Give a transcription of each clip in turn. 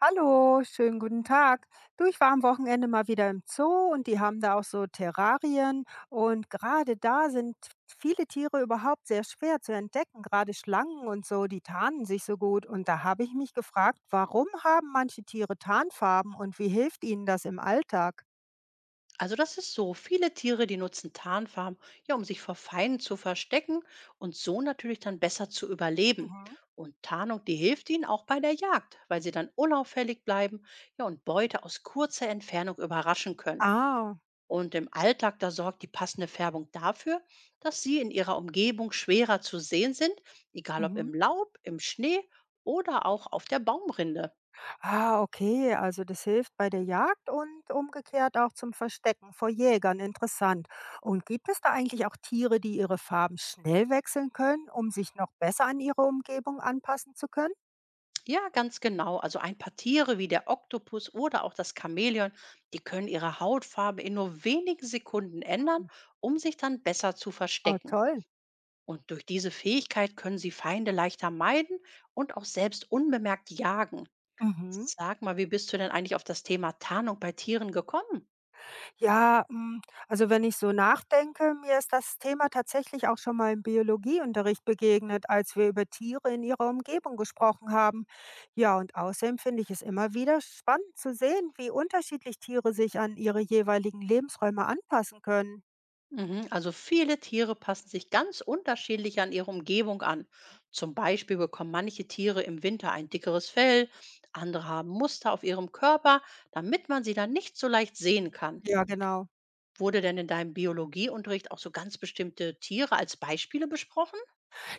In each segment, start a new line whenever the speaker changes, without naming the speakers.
Hallo, schönen guten Tag. Du, ich war am Wochenende mal wieder im Zoo und die haben da auch so Terrarien und gerade da sind viele Tiere überhaupt sehr schwer zu entdecken, gerade Schlangen und so, die tarnen sich so gut und da habe ich mich gefragt, warum haben manche Tiere Tarnfarben und wie hilft ihnen das im Alltag?
Also das ist so. Viele Tiere, die nutzen Tarnfarben, ja, um sich vor Feinden zu verstecken und so natürlich dann besser zu überleben.
Mhm.
Und Tarnung, die hilft ihnen auch bei der Jagd, weil sie dann unauffällig bleiben, ja, und Beute aus kurzer Entfernung überraschen können.
Ah,
Und im Alltag, da sorgt die passende Färbung dafür, dass sie in ihrer Umgebung schwerer zu sehen sind, egal ob
mhm.
im Laub, im Schnee oder auch auf der Baumrinde.
Ah, okay, also das hilft bei der Jagd und umgekehrt auch zum Verstecken vor Jägern. Interessant. Und gibt es da eigentlich auch Tiere, die ihre Farben schnell wechseln können, um sich noch besser an ihre Umgebung anpassen zu können?
Ja, ganz genau. Also ein paar Tiere wie der Oktopus oder auch das Chamäleon, die können ihre Hautfarbe in nur wenigen Sekunden ändern,
Hm.
um sich dann besser zu
Oh,
verstecken.
toll.
Und durch diese Fähigkeit können sie Feinde leichter meiden und auch selbst unbemerkt jagen.
Mhm.
Sag mal, wie bist du denn eigentlich auf das Thema Tarnung bei Tieren gekommen?
Ja, hm, also wenn ich so nachdenke, mir ist das Thema tatsächlich auch schon mal im Biologieunterricht begegnet, als wir über Tiere in ihrer Umgebung gesprochen haben. Ja, und außerdem finde ich es immer wieder spannend zu sehen, wie unterschiedlich Tiere sich an ihre jeweiligen Lebensräume anpassen können.
Mhm. Also viele Tiere passen sich ganz unterschiedlich an ihre Umgebung an. Zum Beispiel bekommen manche Tiere im Winter ein dickeres Fell, andere haben Muster auf ihrem Körper, damit man sie dann nicht so leicht sehen kann.
Ja, genau.
Wurde denn in deinem Biologieunterricht auch so ganz bestimmte Tiere als Beispiele besprochen?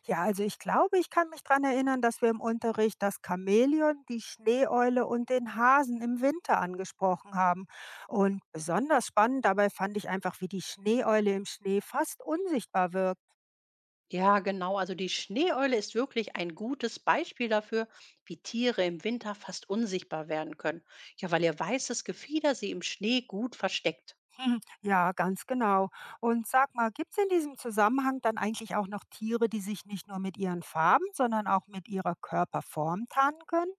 Ja, also ich glaube, ich kann mich daran erinnern, dass wir im Unterricht das Chamäleon, die Schneeeule und den Hasen im Winter angesprochen haben. Und besonders spannend dabei fand ich einfach, wie die Schneeeule im Schnee fast unsichtbar wirkt.
Ja, genau. Also die Schneeeule ist wirklich ein gutes Beispiel dafür, wie Tiere im Winter fast unsichtbar werden können. Ja, weil ihr weißes Gefieder sie im Schnee gut versteckt.
Hm, ja, ganz genau. Und sag mal, gibt es in diesem Zusammenhang dann eigentlich auch noch Tiere, die sich nicht nur mit ihren Farben, sondern auch mit ihrer Körperform tarnen können?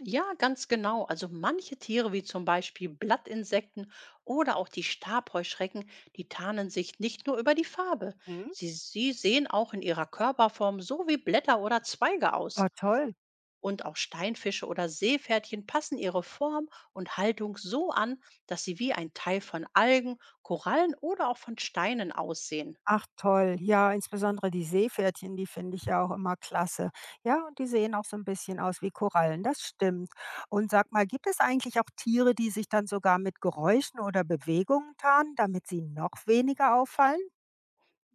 Ja, ganz genau. Also manche Tiere, wie zum Beispiel Blattinsekten oder auch die Stabheuschrecken, die tarnen sich nicht nur über die Farbe.
Mhm.
Sie sehen auch in ihrer Körperform so wie Blätter oder Zweige
Oh,
aus.
toll.
Und auch Steinfische oder Seepferdchen passen ihre Form und Haltung so an, dass sie wie ein Teil von Algen, Korallen oder auch von Steinen aussehen.
Ach toll, ja, insbesondere die Seepferdchen, die finde ich ja auch immer klasse. Ja, und die sehen auch so ein bisschen aus wie Korallen, das stimmt. Und sag mal, gibt es eigentlich auch Tiere, die sich dann sogar mit Geräuschen oder Bewegungen tarnen, damit sie noch weniger auffallen?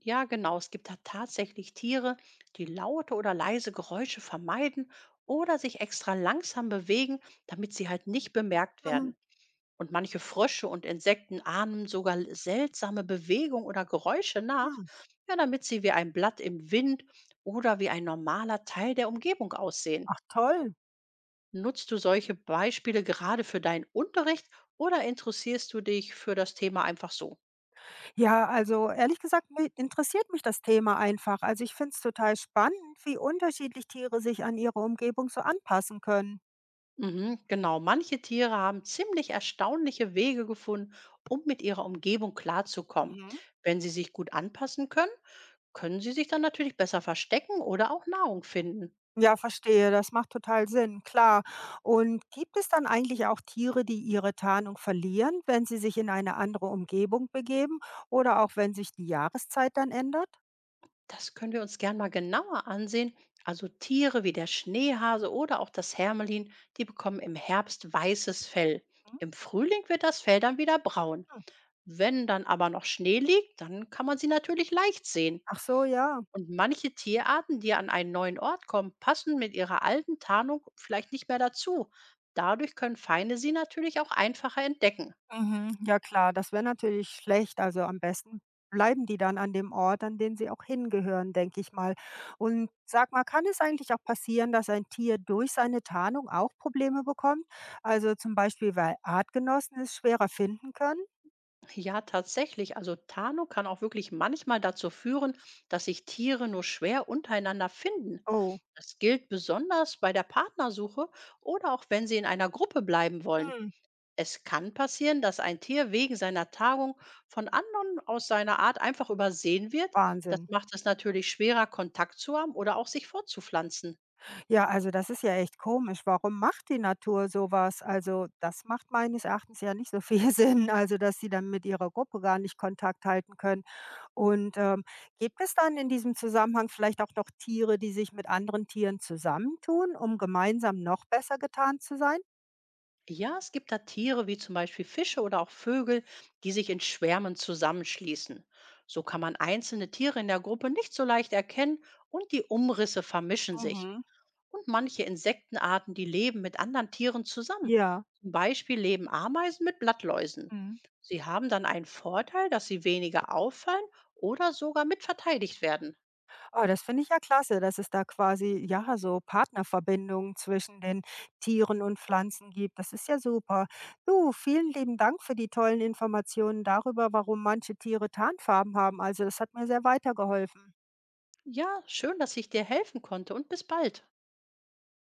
Ja, genau. Es gibt da tatsächlich Tiere, die laute oder leise Geräusche vermeiden oder sich extra langsam bewegen, damit sie halt nicht bemerkt
Mhm.
werden. Und manche Frösche und Insekten ahnen sogar seltsame Bewegungen oder Geräusche nach,
Hm,
ja, damit sie wie ein Blatt im Wind oder wie ein normaler Teil der Umgebung aussehen.
ach toll.
Nutzt du solche Beispiele gerade für deinen Unterricht oder interessierst du dich für das Thema einfach so?
Ja, also ehrlich gesagt mi interessiert mich das Thema einfach. Also ich finde es total spannend, wie unterschiedlich Tiere sich an ihre Umgebung so anpassen können.
Mhm, genau, manche Tiere haben ziemlich erstaunliche Wege gefunden, um mit ihrer Umgebung klarzukommen.
Mhm.
Wenn sie sich gut anpassen können, können sie sich dann natürlich besser verstecken oder auch Nahrung finden.
Ja, verstehe, das macht total Sinn, klar. Und gibt es dann eigentlich auch Tiere, die ihre Tarnung verlieren, wenn sie sich in eine andere Umgebung begeben oder auch wenn sich die Jahreszeit dann ändert?
Das können wir uns gern mal genauer ansehen. Also Tiere wie der Schneehase oder auch das Hermelin, die bekommen im Herbst weißes Fell.
Mhm.
Im Frühling wird das Fell dann wieder braun. Wenn dann aber noch Schnee liegt, dann kann man sie natürlich leicht sehen.
Ach so, ja.
Und manche Tierarten, die an einen neuen Ort kommen, passen mit ihrer alten Tarnung vielleicht nicht mehr dazu. Dadurch können Feinde sie natürlich auch einfacher entdecken.
Mhm. Ja klar, das wäre natürlich schlecht. Also am besten bleiben die dann an dem Ort, an den sie auch hingehören, denke ich mal. Und sag mal, kann es eigentlich auch passieren, dass ein Tier durch seine Tarnung auch Probleme bekommt? Also zum Beispiel, weil Artgenossen es schwerer finden können?
Ja, tatsächlich. Also Tarnung kann auch wirklich manchmal dazu führen, dass sich Tiere nur schwer untereinander finden.
Oh.
Das gilt besonders bei der Partnersuche oder auch wenn sie in einer Gruppe bleiben wollen.
Mhm.
Es kann passieren, dass ein Tier wegen seiner Tagung von anderen aus seiner Art einfach übersehen wird. Das
Wahnsinn.
macht es natürlich schwerer, Kontakt zu haben oder auch sich fortzupflanzen.
Ja, also das ist ja echt komisch. Warum macht die Natur sowas? Also, das macht meines Erachtens ja nicht so viel Sinn, also dass sie dann mit ihrer Gruppe gar nicht Kontakt halten können. Und, gibt es dann in diesem Zusammenhang vielleicht auch noch Tiere, die sich mit anderen Tieren zusammentun, um gemeinsam noch besser getan zu sein?
Ja, es gibt da Tiere wie zum Beispiel Fische oder auch Vögel, die sich in Schwärmen zusammenschließen. So kann man einzelne Tiere in der Gruppe nicht so leicht erkennen und die Umrisse vermischen sich.
Mhm.
Und manche Insektenarten, die leben mit anderen Tieren zusammen.
Ja.
Zum Beispiel leben Ameisen mit Blattläusen.
Mhm.
Sie haben dann einen Vorteil, dass sie weniger auffallen oder sogar mitverteidigt werden.
Ah, das finde ich ja klasse, dass es da quasi, ja, so Partnerverbindungen zwischen den Tieren und Pflanzen gibt. Das ist ja super. Du, vielen lieben Dank für die tollen Informationen darüber, warum manche Tiere Tarnfarben haben. Also, das hat mir sehr weitergeholfen.
Ja, schön, dass ich dir helfen konnte und bis bald.